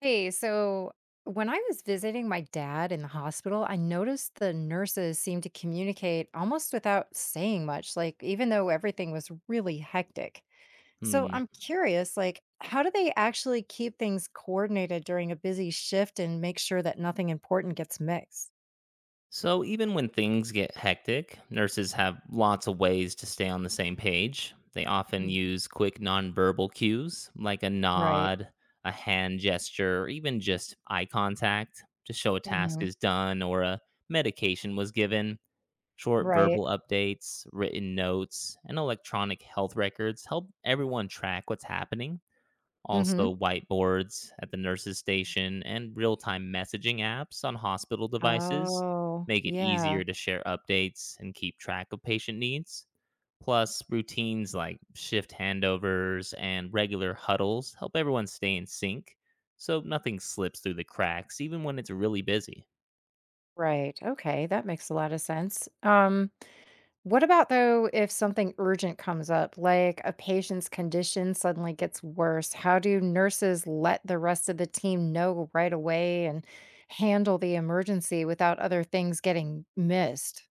Hey, so when I was visiting my dad in the hospital, I noticed the nurses seemed to communicate almost without saying much, like even though everything was really hectic. So Hmm. I'm curious, like, how do they actually keep things coordinated during a busy shift and make sure that nothing important gets mixed? So, even when things get hectic, nurses have lots of ways to stay on the same page. They often Mhm. use quick nonverbal cues like a Right. nod, a hand gesture, or even just eye contact to show a task Hmm. is done or a medication was given. Short Right. verbal updates, written notes, and electronic health records help everyone track what's happening. Hmm. Also, whiteboards at the nurses' station and real time messaging apps on hospital devices Oh, make it yeah. easier to share updates and keep track of patient needs. Plus, routines like shift handovers and regular huddles help everyone stay in sync so nothing slips through the cracks, even when it's really busy. Right. Okay. That makes a lot of sense. What about though if something urgent comes up, like a patient's condition suddenly gets worse? How do nurses let the rest of the team know right away and handle the emergency without other things getting missed?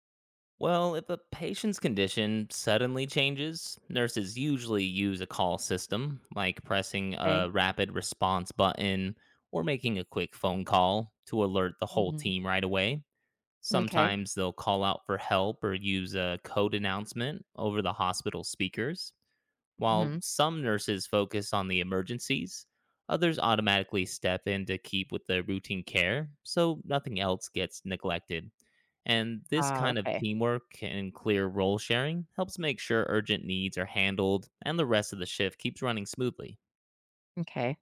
Well, if a patient's condition suddenly changes, nurses usually use a call system, like pressing Okay. a rapid response button or making a quick phone call to alert the whole Mhm. team right away. Okay. Sometimes they'll call out for help or use a code announcement over the hospital speakers. While Hmm. some nurses focus on the emergencies, others automatically step in to keep with the routine care, so nothing else gets neglected. And this Ah, kind of okay. teamwork and clear role sharing helps make sure urgent needs are handled and the rest of the shift keeps running smoothly. Okay.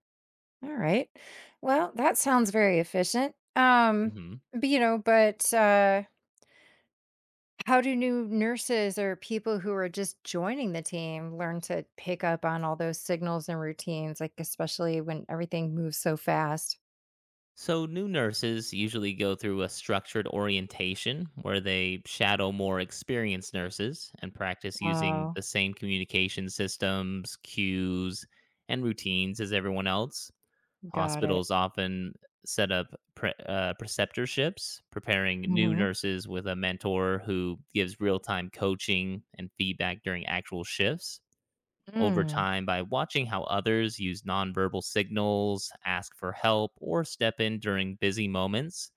All right. Well, that sounds very efficient. Um, Mhm. but, you know, but uh how do new nurses or people who are just joining the team learn to pick up on all those signals and routines, like especially when everything moves so fast? So, new nurses usually go through a structured orientation where they shadow more experienced nurses and practice using Oh, the same communication systems, cues, and routines as everyone else. got it. Hospitals often set up preceptorships, preparing new Hmm. nurses with a mentor who gives real time coaching and feedback during actual shifts over time by watching how others use nonverbal signals, ask for help, or step in during busy moments.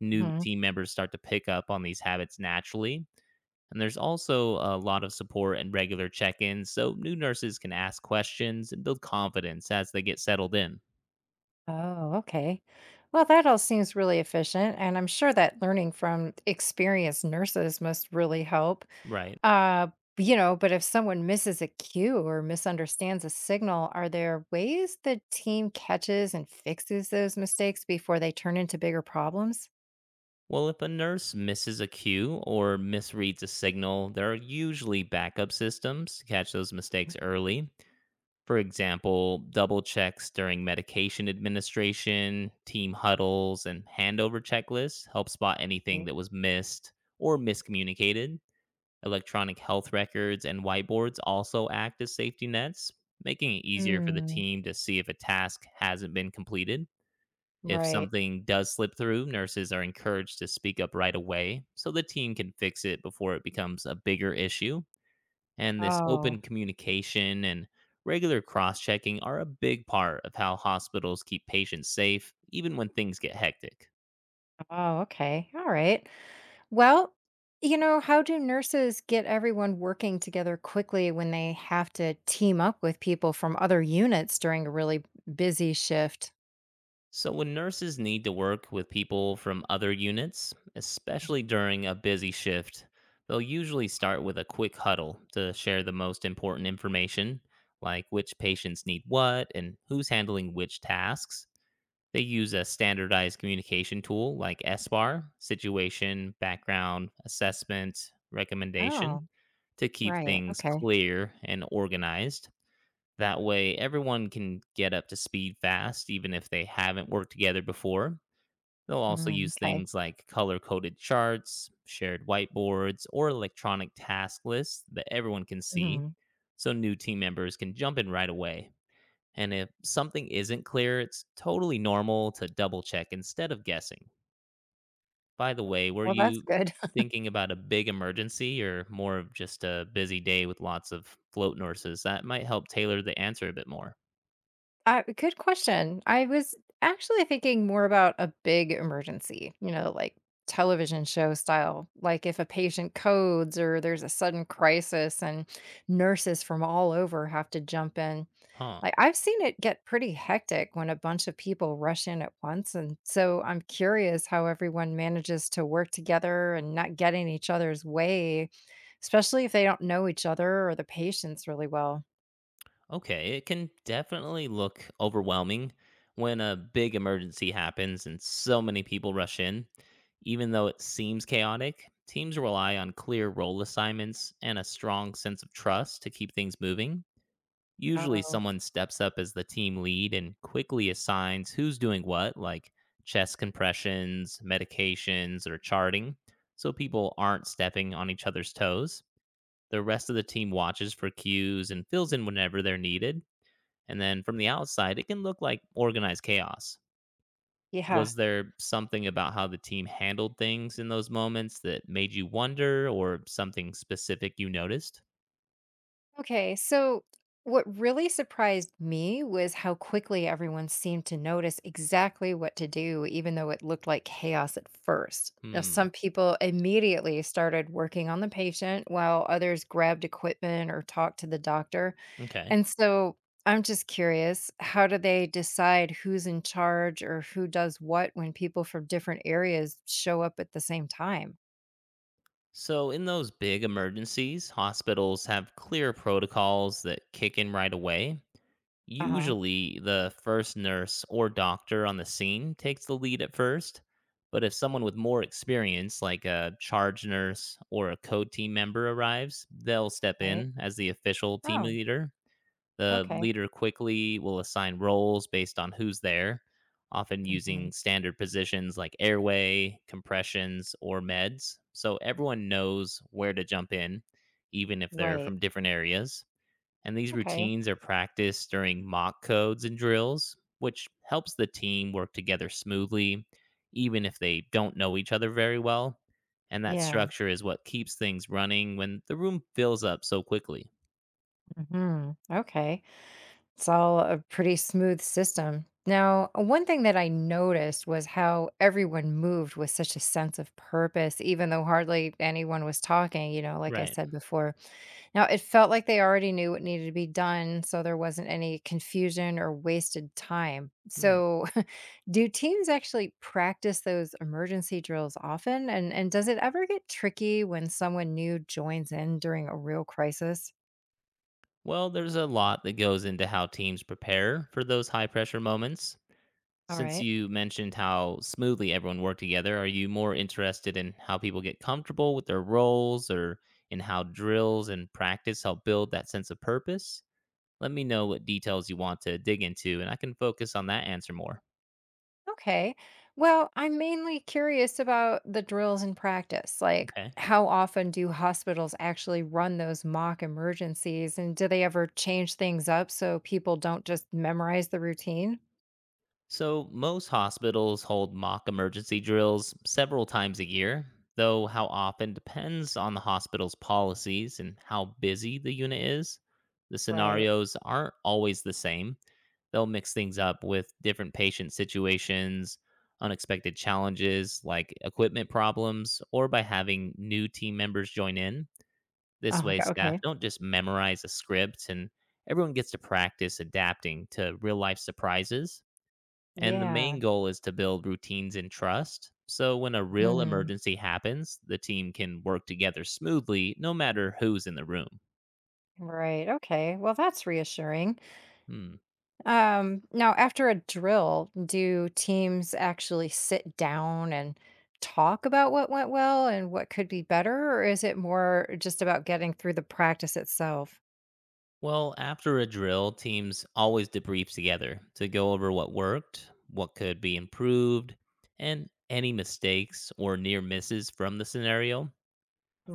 New Mm-hmm. team members start to pick up on these habits naturally. And there's also a lot of support and regular check ins, so new nurses can ask questions and build confidence as they get settled in. Oh, okay. Well, that all seems really efficient. And I'm sure that learning from experienced nurses must really help. Right. Uh, but if someone misses a cue or misunderstands a signal, are there ways the team catches and fixes those mistakes before they turn into bigger problems? Well, if a nurse misses a cue or misreads a signal, there are usually backup systems to catch those mistakes early. For example, double checks during medication administration, team huddles, and handover checklists help spot anything Right. that was missed or miscommunicated. Electronic health records and whiteboards also act as safety nets, making it easier for the Mm, team to see if a task hasn't been completed. If right. something does slip through, nurses are encouraged to speak up right away so the team can fix it before it becomes a bigger issue, and this Oh, open communication and regular cross checking are a big part of how hospitals keep patients safe, even when things get hectic. oh, okay. All right. Well, how do nurses get everyone working together quickly when they have to team up with people from other units during a really busy shift? So, when nurses need to work with people from other units, especially during a busy shift, they'll usually start with a quick huddle to share the most important information, like which patients need what and who's handling which tasks. They use a standardized communication tool like SBAR, situation, background, assessment, recommendation, Oh, to keep right. things Okay. clear and organized. That way, everyone can get up to speed fast, even if they haven't worked together before. They'll also Mm, use okay. things like color coded charts, shared whiteboards, or electronic task lists that everyone can see Mhm. so new team members can jump in right away. And if something isn't clear, it's totally normal to double check instead of guessing. By the way, were Well, that's you good. thinking about a big emergency or more of just a busy day with lots of float nurses? That might help tailor the answer a bit more. Good question. I was actually thinking more about a big emergency, you know, like television show style, like if a patient codes or there's a sudden crisis and nurses from all over have to jump in. Huh. Like I've seen it get pretty hectic when a bunch of people rush in at once. And so I'm curious how everyone manages to work together and not get in each other's way, especially if they don't know each other or the patients really well. Okay, it can definitely look overwhelming when a big emergency happens and so many people rush in. Even though it seems chaotic, teams rely on clear role assignments and a strong sense of trust to keep things moving. Usually, Oh, someone steps up as the team lead and quickly assigns who's doing what, like chest compressions, medications, or charting, so people aren't stepping on each other's toes. The rest of the team watches for cues and fills in whenever they're needed. And then from the outside, it can look like organized chaos. yeah. Was there something about how the team handled things in those moments that made you wonder, or something specific you noticed? Okay, so what really surprised me was how quickly everyone seemed to notice exactly what to do, even though it looked like chaos at first. Now, Hmm. some people immediately started working on the patient while others grabbed equipment or talked to the doctor. Okay. And so I'm just curious, how do they decide who's in charge or who does what when people from different areas show up at the same time? So, in those big emergencies, hospitals have clear protocols that kick in right away. Uh huh. Usually, the first nurse or doctor on the scene takes the lead at first. But if someone with more experience, like a charge nurse or a code team member, arrives, they'll step Right. in as the official team Oh, leader. The okay. leader quickly will assign roles based on who's there, often Hmm. using standard positions like airway, compressions, or meds. So everyone knows where to jump in, even if they're Right. from different areas. And these Okay. routines are practiced during mock codes and drills, which helps the team work together smoothly, even if they don't know each other very well. And that Yeah. structure is what keeps things running when the room fills up so quickly. Hmm. Okay. It's all a pretty smooth system. Now, one thing that I noticed was how everyone moved with such a sense of purpose, even though hardly anyone was talking, you know, like I Right. said before. Now, it felt like they already knew what needed to be done, so there wasn't any confusion or wasted time. Hmm. So, do teams actually practice those emergency drills often? And does it ever get tricky when someone new joins in during a real crisis? Well, there's a lot that goes into how teams prepare for those high pressure moments. All Since right. you mentioned how smoothly everyone worked together, are you more interested in how people get comfortable with their roles or in how drills and practice help build that sense of purpose? Let me know what details you want to dig into, and I can focus on that answer more. Okay. Well, I'm mainly curious about the drills in practice. Like, Okay. how often do hospitals actually run those mock emergencies? And do they ever change things up so people don't just memorize the routine? So, most hospitals hold mock emergency drills several times a year, though how often depends on the hospital's policies and how busy the unit is. The Right. scenarios aren't always the same. They'll mix things up with different patient situations, unexpected challenges like equipment problems, or by having new team members join in. This Oh, way, okay. staff Okay. don't just memorize a script and everyone gets to practice adapting to real life surprises. And the main Yeah. goal is to build routines and trust. So when a real Mm, emergency happens, the team can work together smoothly no matter who's in the room. right. Okay. Well, that's reassuring. Hmm. Now, after a drill, do teams actually sit down and talk about what went well and what could be better, or is it more just about getting through the practice itself? Well, after a drill, teams always debrief together to go over what worked, what could be improved, and any mistakes or near misses from the scenario.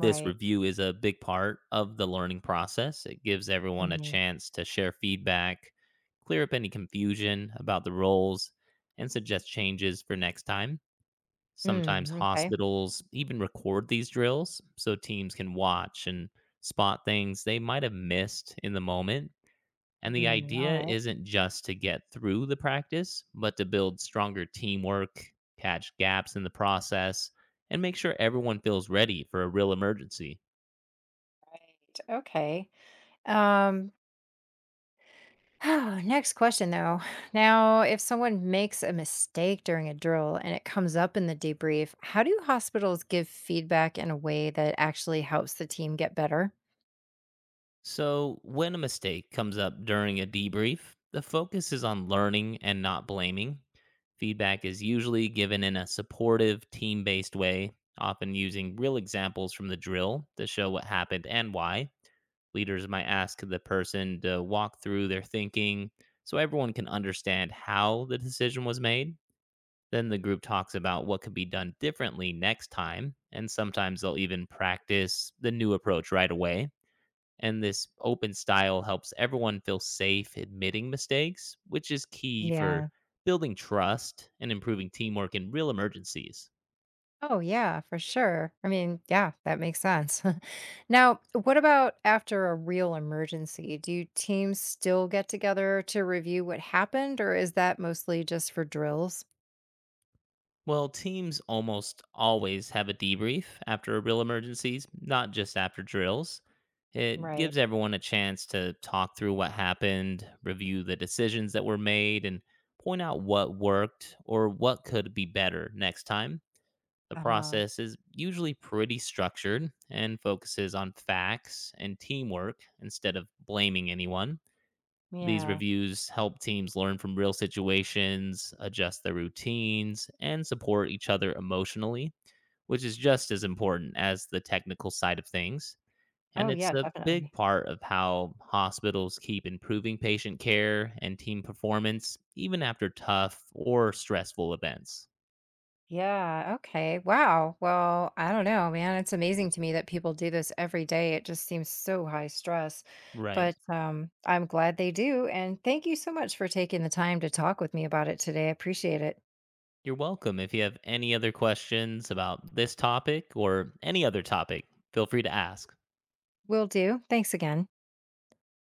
This review is a big part of the learning process. It gives everyone a Hmm. chance to share feedback, clear up any confusion about the roles, and suggest changes for next time. Sometimes Mm, okay. hospitals even record these drills so teams can watch and spot things they might have missed in the moment. And the Mm, all idea right. isn't just to get through the practice, but to build stronger teamwork, catch gaps in the process, and make sure everyone feels ready for a real emergency. Right. Okay. Um, Next question though. Now, if someone makes a mistake during a drill and it comes up in the debrief, how do hospitals give feedback in a way that actually helps the team get better? So, when a mistake comes up during a debrief, the focus is on learning and not blaming. Feedback is usually given in a supportive, team based way, often using real examples from the drill to show what happened and why. Leaders might ask the person to walk through their thinking so everyone can understand how the decision was made. Then the group talks about what could be done differently next time, and sometimes they'll even practice the new approach right away, and this open style helps everyone feel safe admitting mistakes, which is key for Yeah. building trust and improving teamwork in real emergencies. Oh, yeah, for sure. I mean, yeah, that makes sense. Now, what about after a real emergency? Do teams still get together to review what happened, or is that mostly just for drills? Well, teams almost always have a debrief after real emergencies, not just after drills. It Right. gives everyone a chance to talk through what happened, review the decisions that were made, and point out what worked or what could be better next time. The Uh-huh. process is usually pretty structured and focuses on facts and teamwork instead of blaming anyone. These Yeah. reviews help teams learn from real situations, adjust their routines, and support each other emotionally, which is just as important as the technical side of things. And Oh, it's yeah, a big definitely. part of how hospitals keep improving patient care and team performance, even after tough or stressful events. Yeah. Okay. Wow. Well, I don't know, man. It's amazing to me that people do this every day. It just seems so high stress. Right. But I'm glad they do. And thank you so much for taking the time to talk with me about it today. I appreciate it. You're welcome. If you have any other questions about this topic or any other topic, feel free to ask. Will do. Thanks again.